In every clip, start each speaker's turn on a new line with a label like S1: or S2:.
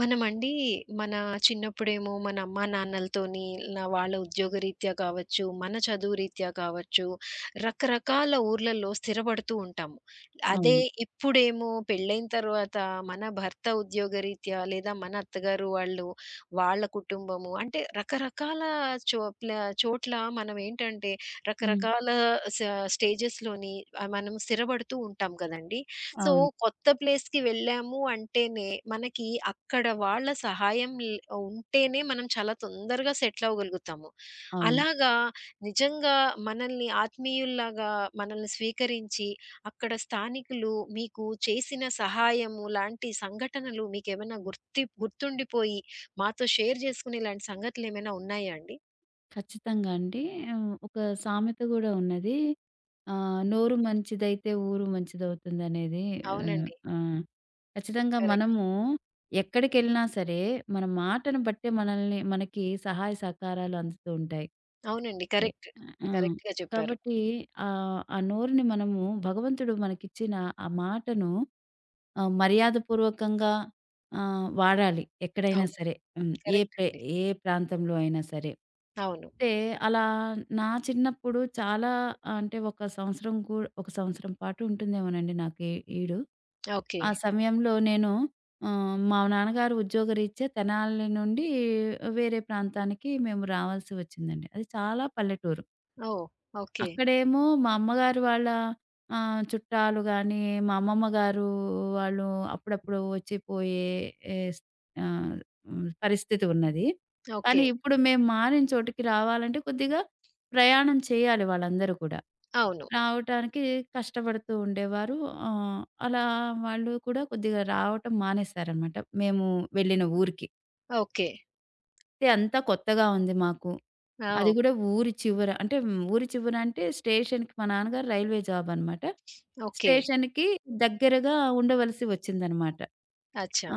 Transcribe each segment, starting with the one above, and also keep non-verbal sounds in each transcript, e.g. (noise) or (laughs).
S1: మనమండి మన చిన్నప్పుడేమో మన అమ్మా నాన్నలతోని ఇలా వాళ్ళ ఉద్యోగరీత్యా కావచ్చు, మన చదువు రీత్యా కావచ్చు, రకరకాల ఊర్లలో స్థిరపడుతూ ఉంటాము. అదే
S2: అవును.
S1: ఇప్పుడేమో పెళ్ళైన తర్వాత మన భర్త ఉద్యోగరీత్యా లేదా మన అత్తగారు వాళ్ళు, వాళ్ళ కుటుంబము అంటే రకరకాల చోట్ల చోట్ల మనం ఏంటంటే
S2: హ్మ్.
S1: రకరకాల స స్టేజెస్‌లోని మనం స్థిరపడుతూ ఉంటాం కదండీ! సో,
S2: అవును.
S1: కొత్త ప్లేస్‌కి వెళ్ళాము అంటేనే, మనకి అక్కడ వాళ్ళ సహాయం ఉంటేనే మనం చాలా తొందరగా సెటిల్ అవ్వగలుగుతాము.
S2: అవును.
S1: అలాగా నిజంగా మనల్ని ఆత్మీయుల్లాగా మనల్ని స్వీకరించి, అక్కడ స్థానికులు మీకు చేసిన సహాయము లాంటి సంఘటనలు మీకేమైనా గుర్తుండిపోయి, మాతో షేర్ చేసుకునే ఇలాంటి సంగతులేమైనా ఉన్నాయా అండి?
S2: ఖచ్చితంగా అండి. ఒక సామెత గూడా ఉన్నది. నోరు మంచిదైతే ఊరు మంచిదవుతుందనేది. ఆహ్,
S1: అవునండి.
S2: ఆ! ఆ, ఖచ్చితంగా
S1: కరెక్ట్.
S2: మనము ఎక్కడికెళ్ళినా సరే, మన మాటను బట్టే మనల్ని మనకి సహాయ సహకారాలు అందుతూ ఉంటాయి.
S1: అవునండి.
S2: అంటే
S1: కరెక్ట్.
S2: ఆ!
S1: కరెక్ట్‌గా చెప్పారు.
S2: కాబట్టి ఆ నోరుని మనము భగవంతుడు మనకిచ్చిన ఆ మాటను మర్యాదపూర్వకంగా వాడాలి ఎక్కడైనా
S1: అవును.
S2: సరే. హ్మ్.
S1: కరెక్ట్ అండి.
S2: ఏ ప్రాంతంలో అయినా సరే.
S1: అవును.
S2: అయితే అలా నా చిన్నప్పుడు చాలా అంటే ఒక సంవత్సరం పాటు ఉంటుందేమోనండి నాకు ఈ ఈడు.
S1: ఓకే.
S2: ఆ సమయంలో నేను మా నాన్నగారు ఉద్యోగరీత్యా తెనాలి నుండి వేరే ప్రాంతానికి మేము రావాల్సి వచ్చిందండి. అది చాలా పల్లెటూరు.
S1: ఓహ్! ఓకే.
S2: అక్కడేమో మా అమ్మగారు వాళ్ళ చుట్టాలు గానీ, మా అమ్మమ్మ గారు వాళ్ళు అప్పుడప్పుడు వచ్చి పోయే ఎస్ ఆహ్, హ్మ్. పరిస్థితి ఉన్నది. కానీ
S1: ఓకే.
S2: ఇప్పుడు మేము మారిన చోటికి రావాలంటే కొద్దిగా ప్రయాణం చేయాలి వాళ్ళందరూ కూడా.
S1: అవును.
S2: రావటానికి కష్టపడుతూ ఉండేవారు. ఆహ్, అలా వాళ్ళు కూడా కొద్దిగా రావటం మానేశారనమాట. మేము వెళ్ళిన ఊరికి.
S1: ఓకే.
S2: అంటే అంతా కొత్తగా ఉంది మాకు.
S1: ఆ!
S2: అది
S1: ఓహ్!
S2: గూడా ఊరి చివర. అంటే ఊరి చివర అంటే స్టేషన్‌కి మా నాన్నగారు రైల్వే జాబ్ అనమాట.
S1: ఓకే.
S2: స్టేషన్‌కి దగ్గరగా ఉండవలసి వచ్చిందనమాట.
S1: అచ్చా!
S2: ఆ!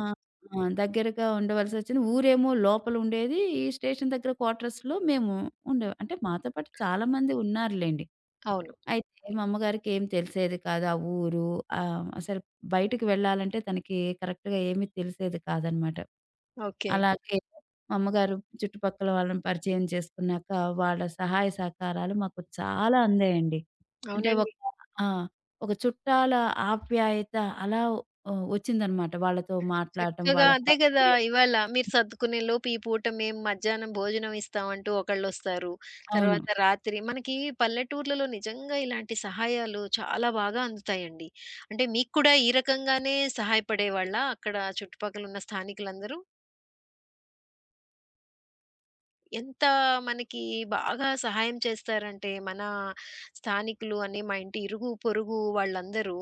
S2: ఆ! దగ్గరగా ఉండవలసొచ్చింది. ఊరేమో లోపల ఉండేది. ఈ స్టేషన్ దగ్గర క్వార్టర్స్‌లో మేము ఉండేవాళ్ళం. అంటే మాతో పాటు చాలామంది ఉన్నారులెండి.
S1: అవును.
S2: అయితే మా అమ్మగారికేం తెలిసేది కాదు. ఆ ఊరు అసలు బయటికి వెళ్ళాలంటే తనకి కరెక్ట్‌గా ఏమీ తెలిసేది కాదనమాట.
S1: ఓకే.
S2: అలాగే మా అమ్మగారు చుట్టుపక్కల వాళ్ళని పరిచయం చేసుకున్నాక, వాళ్ళ సహాయ సహకారాలు మాకు చాలా అందాయండి. అంటే ఒక
S1: అవునండి.
S2: ఆ! ఒక చుట్టాల ఆప్యాయత అలా వచ్చిందనమాట. వాళ్ళతో మాట్లాడటం,
S1: చక్కగా
S2: వాళ్ళ
S1: అదే గదా!
S2: పరిచయం
S1: ఇవాళ మీరు సర్దుకునే లోపు ఈ పూట మేము మధ్యాహ్నం భోజనం ఇస్తామంటూ ఒకళ్ళొస్తారు.
S2: అవును.
S1: తర్వాత రాత్రి మనకి పల్లెటూర్లలో నిజంగా ఇలాంటి సహాయాలు చాలా బాగా అందుతాయండి. అంటే మీకు కూడా ఈ రకంగానే సహాయపడేవాళ్ళా అక్కడ చుట్టుపక్కల ఉన్న స్థానికులందరూ? ఎంత మనకి బాగా సహాయం చేస్తారంటే, మన స్థానికులు అని మా ఇంటి ఇరుగు, పొరుగు వాళ్ళందరూ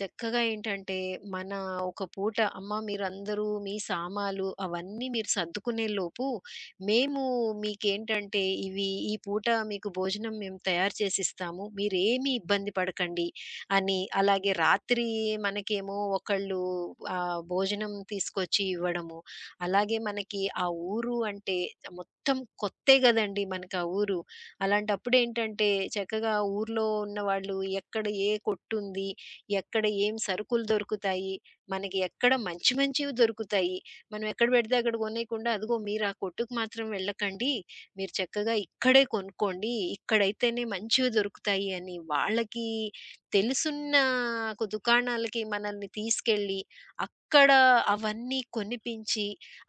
S1: చక్కగా ఏంటంటే, మన ఒక పూట "అమ్మ మీరందరూ మీ సామాలు అవన్నీ మీరు సర్దుకునేలోపు, మేము మీకేంటంటే ఇవి ఈ పూట మీకు భోజనం మేము తయారు చేసిస్తాము. మీరేమీ ఇబ్బంది పడకండి" అని, అలాగే రాత్రి మనకేమో ఒకళ్ళు భోజనం తీసుకొచ్చి ఇవ్వడము. అలాగే మనకి ఆ ఊరు అంటే మొత్తం కొత్తే గదండీ! మనకా ఊరు. అలాంటప్పుడేంటంటే చక్కగా ఊర్లో ఉన్నవాళ్ళు ఎక్కడ ఏ కొట్టుంది, ఎక్కడ ఏం సరుకులు దొరుకుతాయి, మనకి ఎక్కడ మంచి మంచివి దొరుకుతాయి. మనం ఎక్కడ బెడితే అక్కడ గొనేయకుండా, "అదిగో మీరా కొట్టుకు మాత్రం వెళ్ళకండి. మీరు చక్కగా ఇక్కడే కొనుక్కోండి. ఇక్కడైతేనే మంచివి దొరుకుతాయి" అని వాళ్ళకి తెలుసున్న దుకాణాలకి మనల్ని తీసుకెళ్ళి, అక్కడ అవన్నీ కొనిపించి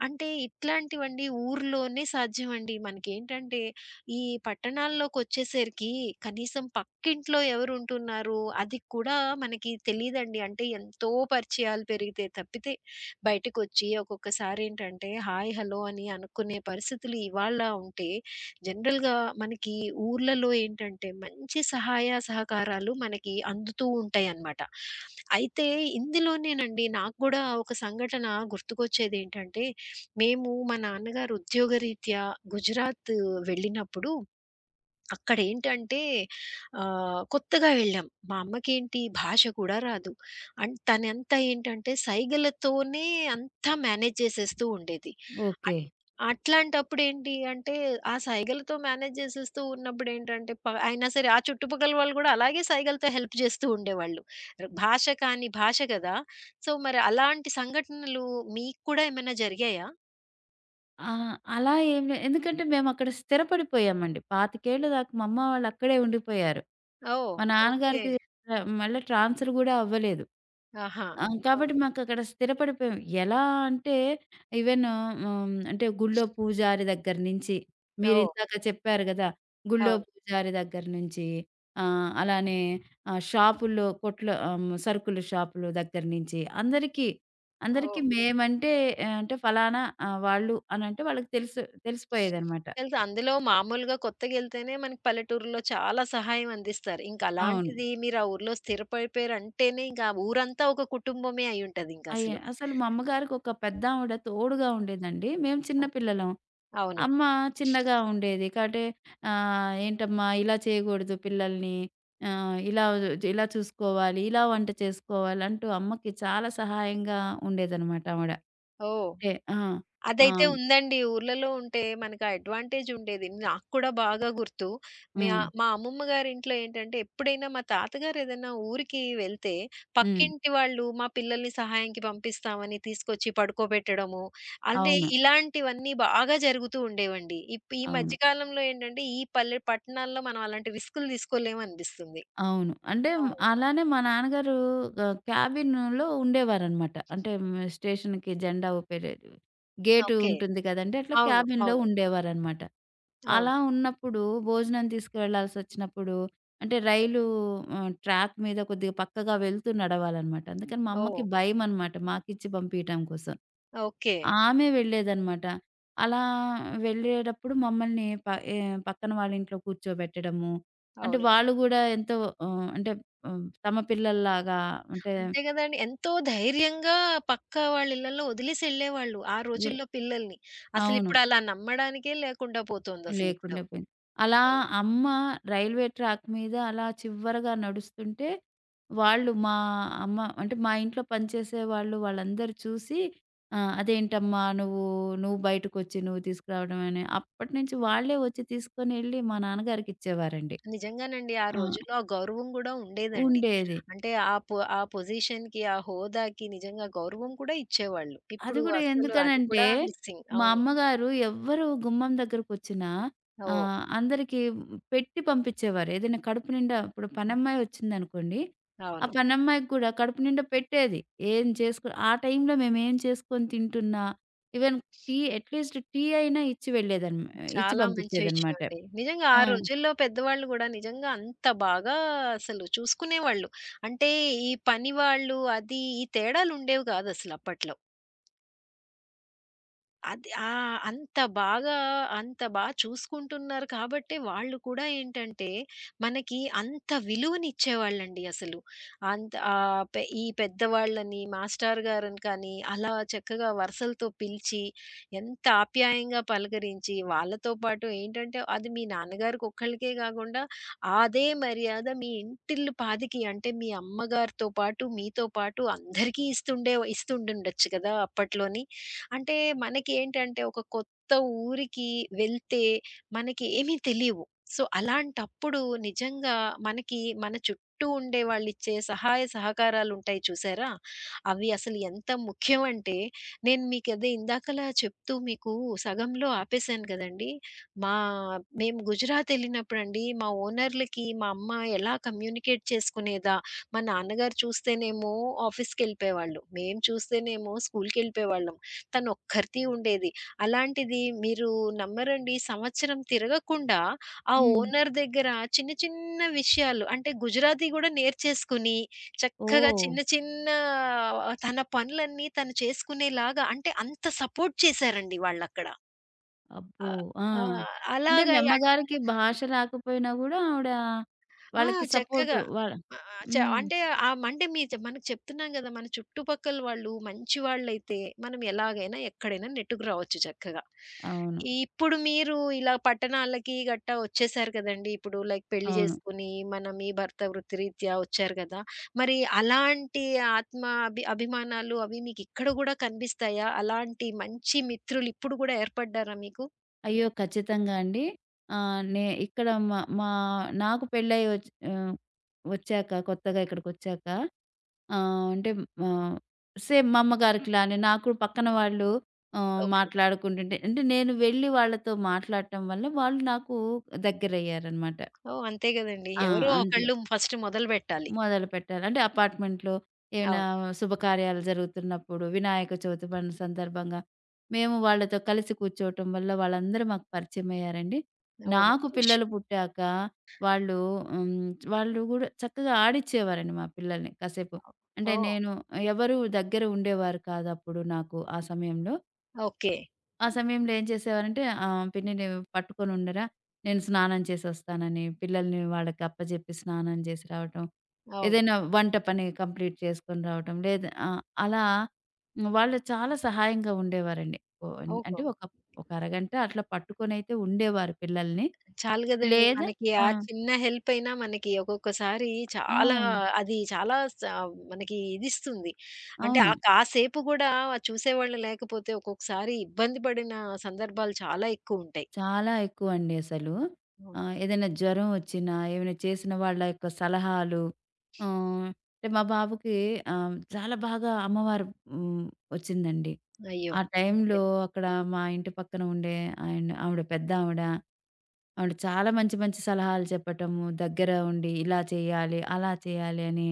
S1: అంటే ఇట్లాంటివండి ఊర్లోనే సాధ్యమండి. మనకేంటంటే ఈ పట్టణాల్లోకొచ్చేసరికి కనీసం పక్కింట్లో ఎవరుంటున్నారు అది కూడా మనకి తెలీదండి. అంటే ఎంతో పరిచయాలు పెరిగితే తప్పితే బయటకొచ్చి ఒక్కొక్కసారేంటంటే హాయ్, హలో అని అనుకునే పరిస్థితులు ఇవాళ ఉంటే జనరల్‌గా మనకి ఊర్లలో ఏంటంటే మంచి సహాయ సహకారాలు మనకి అందుతూ ఉంటాయన్నమాట. అయితే ఇందులోనేనండి నాకు గూడా ఒక సంఘటన గుర్తుకొచ్చేదేంటంటే మేము మా నాన్నగారు ఉద్యోగరీత్యా గుజరాత్ వెళ్ళినప్పుడు అక్కడేంటంటే కొత్తగా వెళ్ళాం. మా అమ్మకేంటి భాష కూడా రాదు. అండ్ తనంతా ఏంటంటే సైగలతోనే అంతా మేనేజ్ చేసేస్తూ ఉండేది.
S2: ఓకే.
S1: అట్ అట్లాంటప్పుడేంటి అంటే ఆ సైగలతో మేనేజ్ చేసేస్తూ ఉన్నప్పుడేంటంటే ప అయినా సరే ఆ చుట్టుపక్కల వాళ్ళు కూడా అలాగే సైగలతో హెల్ప్ చేస్తూ ఉండేవాళ్ళు. భాష కాని భాష కదా! సో మరి అలాంటి సంఘటనలు మీకు కూడా ఏమైనా జరిగాయా?
S2: ఆ! అలా ఏం లే ఎందుకంటే మేమక్కడ స్థిరపడిపోయామండి. 25 ఏళ్ళు దాకా మా అమ్మ వాళ్ళు అక్కడే ఉండిపోయారు.
S1: ఓహ్!
S2: మా
S1: ఓకే.
S2: నాన్నగారికి మళ్ళా ట్రాన్స్‌ఫర్ గూడా అవ్వలేదు.
S1: ఆహా!
S2: ఆ! కాబట్టి
S1: ఓకే.
S2: మాకక్కడ స్థిరపడిపోయాం. ఎలా అంటే ఈవెన్ హ్మ్, అంటే గుళ్ళో పూజారి దగ్గర నుంచి
S1: ఓహ్!
S2: మీరిందాక చెప్పారు గదా! గుళ్ళో
S1: అవును.
S2: పూజారి దగ్గర నుంచి అలానే షాపుల్లో కొట్లో సరుకుల షాపులు దగ్గర నుంచి అందరికి
S1: ఓహ్!
S2: మేమంటే ఆహ్, అంటే ఫలానా వాళ్ళు అనంటే వాళ్ళకి తెలిసిపోయేదనమాట.
S1: తెలుసు. అందులో మామూలుగా కొత్తగెళ్తేనే మనకి పల్లెటూరులో చాలా సహాయం అందిస్తారు. ఇంక
S2: అవును.
S1: అలాంటిది మీరు ఆ ఊర్లో స్థిరపడిపోయారంటేనే ఇంక ఆ ఊరంతా ఒక కుటుంబమే అయ్యుంటదింకసలు.
S2: అసలు మా అమ్మగారికి ఒక పెద్దావిడ తోడుగా ఉండేదండి. మేము చిన్న పిల్లలం.
S1: అవును.
S2: అమ్మ చిన్నగా ఉండేది. కాబట్టి "ఏంటమ్మా ఇలా చేయకూడదు పిల్లల్ని. ఆహ్, ఇలా ఇలా చూసుకోవాలి. ఇలా వంట చేసుకోవాలి" అంటూ అమ్మకి చాలా సహాయంగా ఉండేదనమాట ఆవిడ.
S1: ఓహ్!
S2: అంటే ఆ! ఆ!
S1: అదైతే ఉందండి. ఊర్లలో ఉంటే మనకు ఆ అడ్వాంటేజ్ ఉండేది. నాకు కూడా బాగా గుర్తు.
S2: హ్మ్.
S1: మా అమ్మమ్మ గారింట్లో ఏంటంటే, ఎప్పుడైనా మా తాతగారు ఏదైనా ఊరికి వెళ్తే,
S2: హ్మ్.
S1: పక్కింటి వాళ్ళు మా పిల్లల్ని సహాయంకి పంపిస్తామని తీసుకొచ్చి పడుకోబెట్టడము. అంటే
S2: అవును.
S1: ఇలాంటివన్నీ బాగా జరుగుతూ ఉండేవండి. ఈ
S2: అవును.
S1: మధ్య కాలంలో ఏంటంటే, ఈ పల్లె పట్టణాల్లో మనం అలాంటి రిస్కులు తీసుకోలేము అనిపిస్తుంది.
S2: అవును.
S1: అవును.
S2: అలానే మా నాన్నగారు క్యాబిన్‌లో ఉండేవారనమాట. అంటే స్టేషన్‌కి జెండా ఊపే గేట్
S1: ఓకే.
S2: ఉంటుంది కదండీ! అట్లా
S1: అవును.
S2: క్యాబిన్‌లో
S1: అవును.
S2: ఉండేవారనమాట.
S1: అవును.
S2: అలా ఉన్నప్పుడు భోజనం తీసుకెళ్లాల్సొచ్చినప్పుడు అంటే రైలు ట్రాక్ మీద కొద్దిగా పక్కగా వెళ్తూ నడవాలనమాట. అందుకని మా
S1: ఓహ్!
S2: అమ్మకి భయమనమాట మాకిచ్చి పంపియటం కోసం.
S1: ఓకే.
S2: ఆమె వెళ్ళేదనమాట. అలా వెళ్ళేటప్పుడు మమ్మల్ని ప ఏ పక్కన వాళ్ళ ఇంట్లో కూర్చోబెట్టడము. అంటే
S1: అవునండి.
S2: వాళ్ళు గూడా ఎంతో ఆహ్, అంటే తమ పిల్లల్లాగా అంటే
S1: అంతే గదండీ. ఎంతో ధైర్యంగా పక్కా వాళ్ళ ఇళ్ళలో వదిలేసి ఎళ్ళేవాళ్ళు. ఆ
S2: వె
S1: రోజుల్లో పిల్లల్ని.
S2: అవును.
S1: అసలిప్పుడు అలా నమ్మడానికే లేకుండా పోతోందసలిప్పుడు.
S2: లేకుండా పోయింది. అలా
S1: అవును.
S2: అమ్మ రైల్వే ట్రాక్ మీద అలా చివరగా నడుస్తుంటే, వాళ్ళు మా అమ్మ అంటే మా ఇంట్లో పనిచేసే వాళ్ళు వాళ్ళందరూ చూసి "అదేంటమ్మా నువ్వు బయటకొచ్చి నువ్వు తీసుకురావడం" అని. అప్పటినుంచి వాళ్ళే వచ్చి తీసుకొనెళ్ళి మా నాన్నగారికిచ్చేవారండి.
S1: నిజంగానండి. ఆ రోజుల్లో
S2: ఆ!
S1: ఆ గౌరవం గూడా ఉండేదండి.
S2: ఉండేది.
S1: అంటే ఆ పొజిషన్‌కి, ఆ హోదాకి నిజంగా గౌరవం కూడా ఇచ్చేవాళ్ళు.
S2: అది
S1: ఇప్పుడు
S2: గూడా
S1: అస్సలు అది
S2: ఎందుకనంటే,
S1: కూడా మిస్సింగ్.
S2: మా
S1: అవును.
S2: అమ్మగారు ఎవ్వరు గుమ్మం దగ్గరకొచ్చినా
S1: ఓహ్!
S2: అందరికి పెట్టి పంపించేవారు. ఏదైనా కడుపు నిండా ఇప్పుడు పనమ్మాయి వచ్చిందనుకోండి, ఆ
S1: అవును.
S2: పనమ్మాయికి కూడా కడుపు నిండా పెట్టేది. ఏం చేసుకో ఆ టైంలో మేమేం చేసుకొని తింటున్నా, ఈవెన్ టీ అయినా ఇచ్చి
S1: చాలా మంచి విషయం
S2: పంపించేదనమాట.
S1: అండి. నిజంగా ఆ
S2: ఆ!
S1: రోజుల్లో పెద్దవాళ్ళు గూడా నిజంగా అంత బాగా అసలు చూసుకునేవాళ్ళు. అంటే ఈ పని వాళ్ళు అది ఈ తేడాలుండేవి గాదసలు అప్పట్లో. అది ఆ! అంత బాగా, అంత బా చూసుకుంటున్నారు కాబట్టే వాళ్ళు కూడా ఏంటంటే, మనకి అంత విలువనిచ్చేవాళ్ళండి అసలు. అంత ఆహ్, పె ఈ పెద్దవాళ్ళని, మాస్టారు గారిని కానీ, అలా చక్కగా వరుసలతో పిలిచి, ఎంత ఆప్యాయంగా పలకరించి, వాళ్ళతో పాటు ఏంటంటే, అది మీ నాన్నగారికొక్కళ్ళకే కాకుండా, అదే మర్యాద మీ ఇంటిల్లి పాదికి అంటే, మీ అమ్మగారితో పాటు, మీతో పాటు అందరికీ ఇస్తుండుండొచ్చు కదా! అప్పట్లోని. అంటే మనకేంటంటే ఒక కొత్త ఊరికి వెళ్తే మనకి ఏమీ తెలీవు. సో, అలాంటప్పుడు నిజంగా మనకి మన చుట్టూ ఉండే వాళ్ళిచ్చే సహాయ సహకారాలుంటాయి చూసారా? అవి అసలు ఎంత ముఖ్యమంటే నేను మీకదే ఇందాకలా చెప్తూ మీకు సగంలో ఆపేశాను గదండీ! మా మేము గుజరాత్ ఎళ్ళినప్పుడండి మా ఓనర్‌లకి మా అమ్మ ఎలా కమ్యూనికేట్ చేసుకునేదా, మా నాన్నగారు చూస్తేనేమో ఆఫీస్‌కెళ్ళిపోయేవాళ్ళు. మేము చూస్తేనేమో స్కూల్‌కెళ్ళిపోయేవాళ్ళం. తనొక్కరిది ఉండేది. అలాంటిది మీరు నమ్మరండి సంవత్సరం తిరగకుండా ఆ
S2: హ్మ్.
S1: ఓనర్ దగ్గర చిన్న చిన్న విషయాలు అంటే గుజరాతీ గూడా నేర్చేసుకొని, చక్కగా
S2: ఓహ్!
S1: చిన్న చిన్న ఆ, తన పనులన్నీ తను చేసుకునేలాగా అంటే అంత సపోర్ట్ చేశారండి వాళ్ళక్కడ.
S2: అబ్బో!
S1: ఆహ్,
S2: ఆ!
S1: ఆ! ఆ,
S2: అంటే మీ
S1: అలాగా యాన్
S2: అమ్మగారికి భాష రాకపోయినా గూడా ఆవిడ
S1: ఆ!
S2: వాళ్ళకి సపోర్టు
S1: చక్కగా.
S2: వాళ్ళ
S1: ఆహ్, చ
S2: హ్మ్.
S1: అంటే ఆహ్, అంటే మీ మనకు చెప్తున్నాం గదా! మన చుట్టుపక్కల వాళ్ళు మంచి వాళ్ళైతే మనం ఎలాగైనా, ఎక్కడైనా నెట్టుకు రావచ్చు చక్కగా.
S2: అవును.
S1: ఇప్పుడు మీరు ఇలా పట్టణాలకి గట్టా వచ్చేసారు కదండీ! ఇప్పుడు లైక్ పెళ్లి
S2: అవును.
S1: చేసుకొని, మన మీ భర్త వృత్తిరీత్యా వచ్చారు గదా! మరి అలాంటి ఆత్మ అభి అభిమానాలు అవి మీకు ఇక్కడ గూడా కనిపిస్తాయా? అలాంటి మంచి మిత్రులు ఇప్పుడు గూడా ఏర్పడ్డారా మీకు?
S2: అయ్యో! ఖచ్చితంగా అండి. ఆహ్, నే ఇక్కడ మా మా నాకు వచ్చాక కొత్తగా ఇక్కడికొచ్చాక ఆహ్, అంటే ఆహ్, సేమ్ మా అమ్మగారికిలానే నాకు పక్కన వాళ్ళు
S1: ఓకే.
S2: మాట్లాడుకుంటుంటే అంటే నేను వెళ్లి వాళ్ళతో మాట్లాడటం వల్ల వాళ్ళు నాకు దగ్గరయ్యారనమాట.
S1: ఓహ్! అంతే గదండీ!
S2: ఆ!
S1: ఎవరో
S2: అంతే.
S1: ఒకళ్ళు ఫస్ట్ మొదలుబెట్టాలి.
S2: మొదలుపెట్టాలి. అంటే అపార్ట్‌మెంట్‌లో ఏమైనా
S1: అవును.
S2: శుభకార్యాలు జరుగుతున్నప్పుడు, వినాయక చవితి పండుగ సందర్భంగా మేము వాళ్ళతో కలిసి కూర్చోవటం వల్ల వాళ్ళందరూ మాకు పరిచయమయ్యారండి.
S1: ఓహ్!
S2: నాకు
S1: మంచి
S2: పిల్లలు
S1: విషయం.
S2: పుట్టాక వాళ్ళు హ్మ్, వాళ్ళు గూడా చక్కగా ఆడిచ్చేవారండి మా పిల్లల్ని కాసేపు. అంటే
S1: ఓహ్!
S2: నేను ఎవరు దగ్గర ఉండేవారు కాదప్పుడు నాకు ఆ సమయంలో.
S1: ఓకే.
S2: ఆ సమయంలో ఏం చేసేవారంటే పిన్నిని పట్టుకొనుండరా, నేను స్నానం చేసొస్తానని, పిల్లల్ని వాళ్ళకి అప్పజెప్పి స్నానం చేసి రావటం,
S1: అవును.
S2: ఏదైనా వంట పని కంప్లీట్ చేసుకొని రావటం, లేదా అలా వాళ్ళు చాలా సహాయంగా ఉండేవారండి. ఓహ్!
S1: ఓహో!
S2: అంటే ఒక అరగంట అట్లా పట్టుకొనైతే ఉండేవారు పిల్లల్ని.
S1: చాలు గదండీ.
S2: లేదా
S1: మనకి
S2: ఆ!
S1: ఆ చిన్న హెల్ప్ అయినా మనకి ఒక్కొక్కసారి
S2: ఆ!
S1: చాలా అది చాలా స మనకి ఇదిస్తుంది. అంటే
S2: అవును.
S1: ఆ కాసేపు గూడా చూసేవాళ్ళు లేకపోతే ఒక్కొక్కసారి ఇబ్బంది పడిన సందర్భాలు చాలా ఎక్కువుంటాయి.
S2: చాలా ఎక్కువండి అసలు.
S1: అవును.
S2: ఏదైనా జ్వరం వచ్చినా, ఏమైనా చేసిన వాళ్ళ యొక్క సలహాలు ఆహ్, అంటే మా బాబుకి చాలా బాగా అమ్మవారు హ్మ్, వచ్చిందండి.
S1: అయ్యో!
S2: ఆ
S1: ఓకే.
S2: టైంలో అక్కడ మా ఇంటి పక్కన ఉండే ఆయన ఆవిడ పెద్దావిడ, ఆవిడ ఆవిడ చాలా మంచి మంచి సలహాలు చెప్పటము, దగ్గర ఉండి ఇలా చేయాలి, అలా చేయాలి అని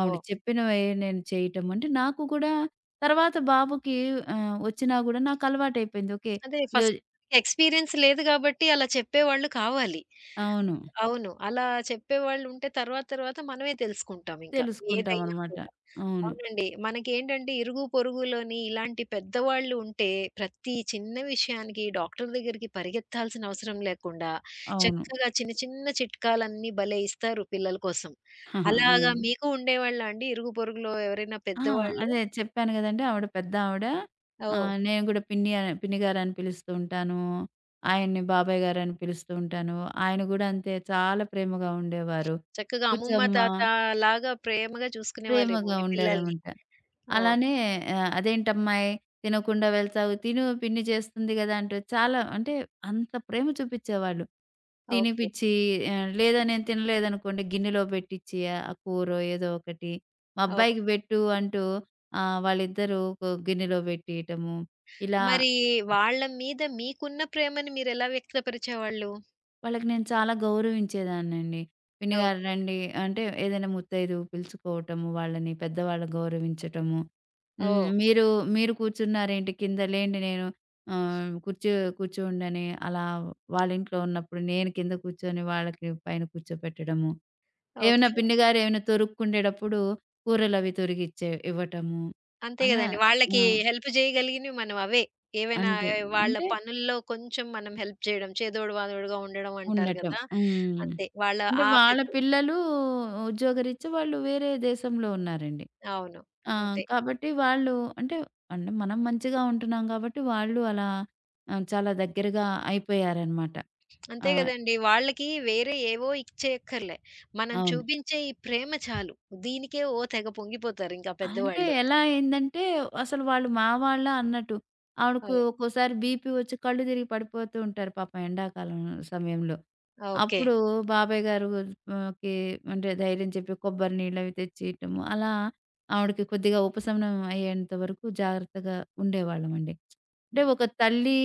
S2: ఆవిడ చెప్పినవే నేను చేయటం. అంటే నాకు కూడా తర్వాత బాబుకి వచ్చినా గూడా నాకు అలవాటైపోయింది. ఓకే.
S1: అదే ఫస్ట్
S2: ఈరోజు
S1: ఎక్స్‌పీరియన్స్ లేదు గాబట్టి అలా చెప్పేవాళ్ళు కావాలి.
S2: అవును.
S1: అవును. అలా చెప్పేవాళ్ళు ఉంటే తర్వాత తర్వాత మనమే తెలుసుకుంటాం ఇంకా. ఏదైనా
S2: తెలుసుకుంటామనమాట.
S1: కూడా.
S2: అవును.
S1: అవునండి. మనకేంటంటే ఇరుగు పొరుగులోని ఇలాంటి పెద్దవాళ్ళు ఉంటే ప్రతి చిన్న విషయానికి డాక్టర్ దగ్గరికి పరిగెత్తాల్సిన అవసరం లేకుండా
S2: అవును.
S1: చక్కగా చిన్న చిన్న చిట్కాలన్నీ భలే ఇస్తారు పిల్లల కోసం.
S2: (laughs) ఆహా! ఆ!
S1: అలాగా మీకు ఉండేవాళ్ళా అండి ఇరుగు పొరుగులో ఎవరైనా
S2: ఆ!
S1: పెద్దవాళ్ళు?
S2: అదే చెప్పాను గదండీ! ఆవిడ పెద్దావిడ.
S1: ఓహ్!
S2: నేను గూడా పిన్ని అని పిన్ని గారని పిలుస్తూ ఉంటాను. ఆయన్ని బాబాయ్ గారని పిలుస్తూ ఉంటాను. ఆయన గూడా అంతే చాలా ప్రేమగా ఉండేవారు.
S1: చక్కగా అమ్మమ్మ,
S2: "కూర్చోమ్మ"
S1: తాత లాగా ప్రేమగా చూసుకునేవాళ్ళేమో
S2: ప్రేమగా
S1: మీ పిల్లల్ని.
S2: ఉండారనమాట.
S1: ఓహ్!
S2: అలానే "అదేంటమ్మాయి తినకుండా వెళ్తావు? తిను పిన్ని చేస్తుంది గదా!" అంటే చాలా అంటే అంత ప్రేమ చూపిచ్చేవాళ్ళు.
S1: ఓకే.
S2: తినిపిచ్చి లేదా నేను తినలేదనుకోండి గిన్నెలో పెట్టిచ్చి ఆ కూరో ఏదో ఒకటి, మా
S1: ఓహ్!
S2: అబ్బాయికి పెట్టు అంటూ వాళ్ళిద్దరూ ఒక గిన్నెలో పెట్టియటము. ఇలా
S1: మరి వాళ్ళ మీద మీకున్న ప్రేమని మీరెలా వ్యక్తపరిచేవాళ్ళు?
S2: వాళ్ళకి నేను చాలా గౌరవించేదాన్నండి. పిన్ని గారు
S1: ఓకే.
S2: రండి అంటే ఏదైనా ముత్తైదువు పిలుచుకోవటము వాళ్ళని పెద్దవాళ్ళని గౌరవించటము. హ్మ్.
S1: ఓహ్!
S2: మీరు మీరు కూర్చున్నారేంటి కింద లేండి నేను ఆహ్, కూర్చో కూర్చోండని అలా వాళ్ళ ఇంట్లో ఉన్నప్పుడు నేను కింద కూర్చొని వాళ్ళకి పైన కూర్చోపెట్టడము. ఏమైనా
S1: ఓకే.
S2: పిన్ని గారు ఏమైనా తొరుక్కుండేటప్పుడు కూరలవి తొరిగిచ్చే ఇవ్వటము.
S1: అంతే
S2: అలా
S1: గదండీ.
S2: ఆ!
S1: వాళ్ళకి హెల్ప్ జేయగలిగినవి మనం అవే. ఏవైనా
S2: అంతే.
S1: వాళ్ళ
S2: అంటే
S1: పనుల్లో కొంచెం మనం హెల్ప్ చేయడం. చేదోడు వాదోడుగా ఉండడం అంటారు
S2: ఉండటం.
S1: గదా!
S2: హ్మ్.
S1: అంతే. వాళ్ళ
S2: అంటే
S1: ఆ
S2: వాళ్ళ
S1: పెద్ద
S2: పిల్లలు ఉద్యోగరీత్యా వాళ్ళు వేరే దేశంలో ఉన్నారండి.
S1: అవును.
S2: ఆ!
S1: అంతే.
S2: కాబట్టి వాళ్ళు అంటే, మనం మంచిగా ఉంటున్నాం కాబట్టి వాళ్ళు అలా చాలా దగ్గరగా అయిపోయారనమాట. ఆ!
S1: అంతే గదండీ. వాళ్ళకి వేరే ఏవో ఇచ్చేయక్కర్లే. మనం
S2: అవును.
S1: చూపించే ఈ ప్రేమ చాలు. దీనికే ఓ తెగ పొంగిపోతారింకా
S2: అంటే
S1: పెద్దవాళ్ళు.
S2: ఎలా అయిందంటే, అసలు వాళ్ళు మా వాళ్ళా అన్నట్టు. ఆవిడకు
S1: ఓహ్!
S2: ఒక్కోసారి బీపీ వచ్చి కళ్ళు తిరిగి పడిపోతూ ఉంటారు పాపం ఎండాకాలం సమయంలో.
S1: ఓకే.
S2: అప్పుడు బాబాయ్ గారు ఆహ్, కి అంటే ధైర్యం చెప్పి కొబ్బరి నీళ్ళవి తెచ్చియటము, అలా ఆవిడకి కొద్దిగా ఉపశమనం అయ్యేంత వరకు జాగ్రత్తగా ఉండేవాళ్ళమండి. అంటే
S1: హ్మ్.
S2: ఒక తల్లి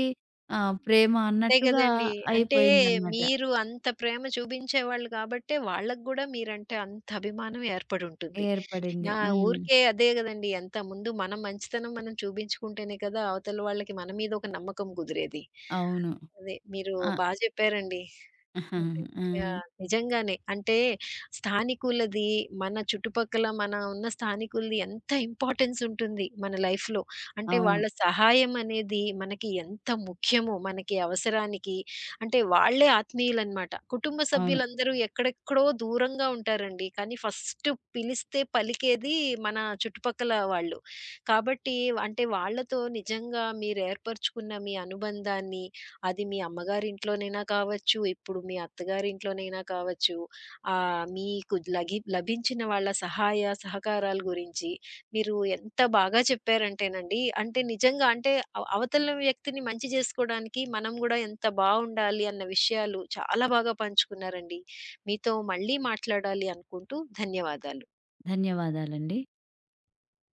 S2: ప్రేమ
S1: అంతే
S2: అన్నట్టుగా
S1: గదండీ. అంటే
S2: అయిపోయిందనమాట.
S1: మీరు అంత ప్రేమ చూపించేవాళ్ళు కాబట్టే వాళ్ళకి గూడా మీరంటే అంత అభిమానం ఏర్పడుంటుంది.
S2: ఏర్పడింది.
S1: ఆ!
S2: హ్మ్.
S1: ఊరికే అదే గదండీ అంతా. ముందు మనం మంచితనం మనం చూపించుకుంటేనే కదా అవతల వాళ్ళకి మన మీద ఒక నమ్మకం కుదిరేది.
S2: అవును.
S1: అదే మీరు
S2: ఆ!
S1: బా జెప్పారండి.
S2: (laughs)
S1: అంతే.
S2: ఆ!
S1: యాహ్! నిజంగానే. అంటే స్థానికులది, మన చుట్టుపక్కల మన ఉన్న స్థానికులది ఎంత ఇంపార్టెన్స్ ఉంటుంది మన లైఫ్‌లో. అంటే వాళ్ళ
S2: అవును.
S1: సహాయం అనేది మనకి ఎంత ముఖ్యమో మనకి అవసరానికి. అంటే వాళ్ళే ఆత్మీయులనమాట. కుటుంబ
S2: అవును.
S1: సభ్యులందరూ ఎక్కడెక్కడో దూరంగా ఉంటారండి. కానీ ఫస్ట్ పిలిస్తే పలికేది మన చుట్టుపక్కల వాళ్ళు. కాబట్టి అంటే వాళ్ళతో నిజంగా మీరు ఏర్పరచుకున్న మీ అనుబంధాన్ని అది మీ అమ్మగారింట్లోనైనా కావచ్చు, ఇప్పుడు మీ అత్తగారింట్లోనైనా కావచ్చు, మీకు లభించిన వాళ్ళ సహాయ సహకారాల గురించి మీరు ఎంత బాగా చెప్పారంటేనండి, అంటే నిజంగా అంటే అవతల వ్యక్తిని మంచి జేసుకోవడానికి మనం గూడా ఎంత బావుండాలి అన్న విషయాలు చాలా బాగా పంచుకున్నారండి. మీతో మళ్ళీ మాట్లాడాలి అనుకుంటూ ధన్యవాదాలు.
S2: ధన్యవాదాలండి.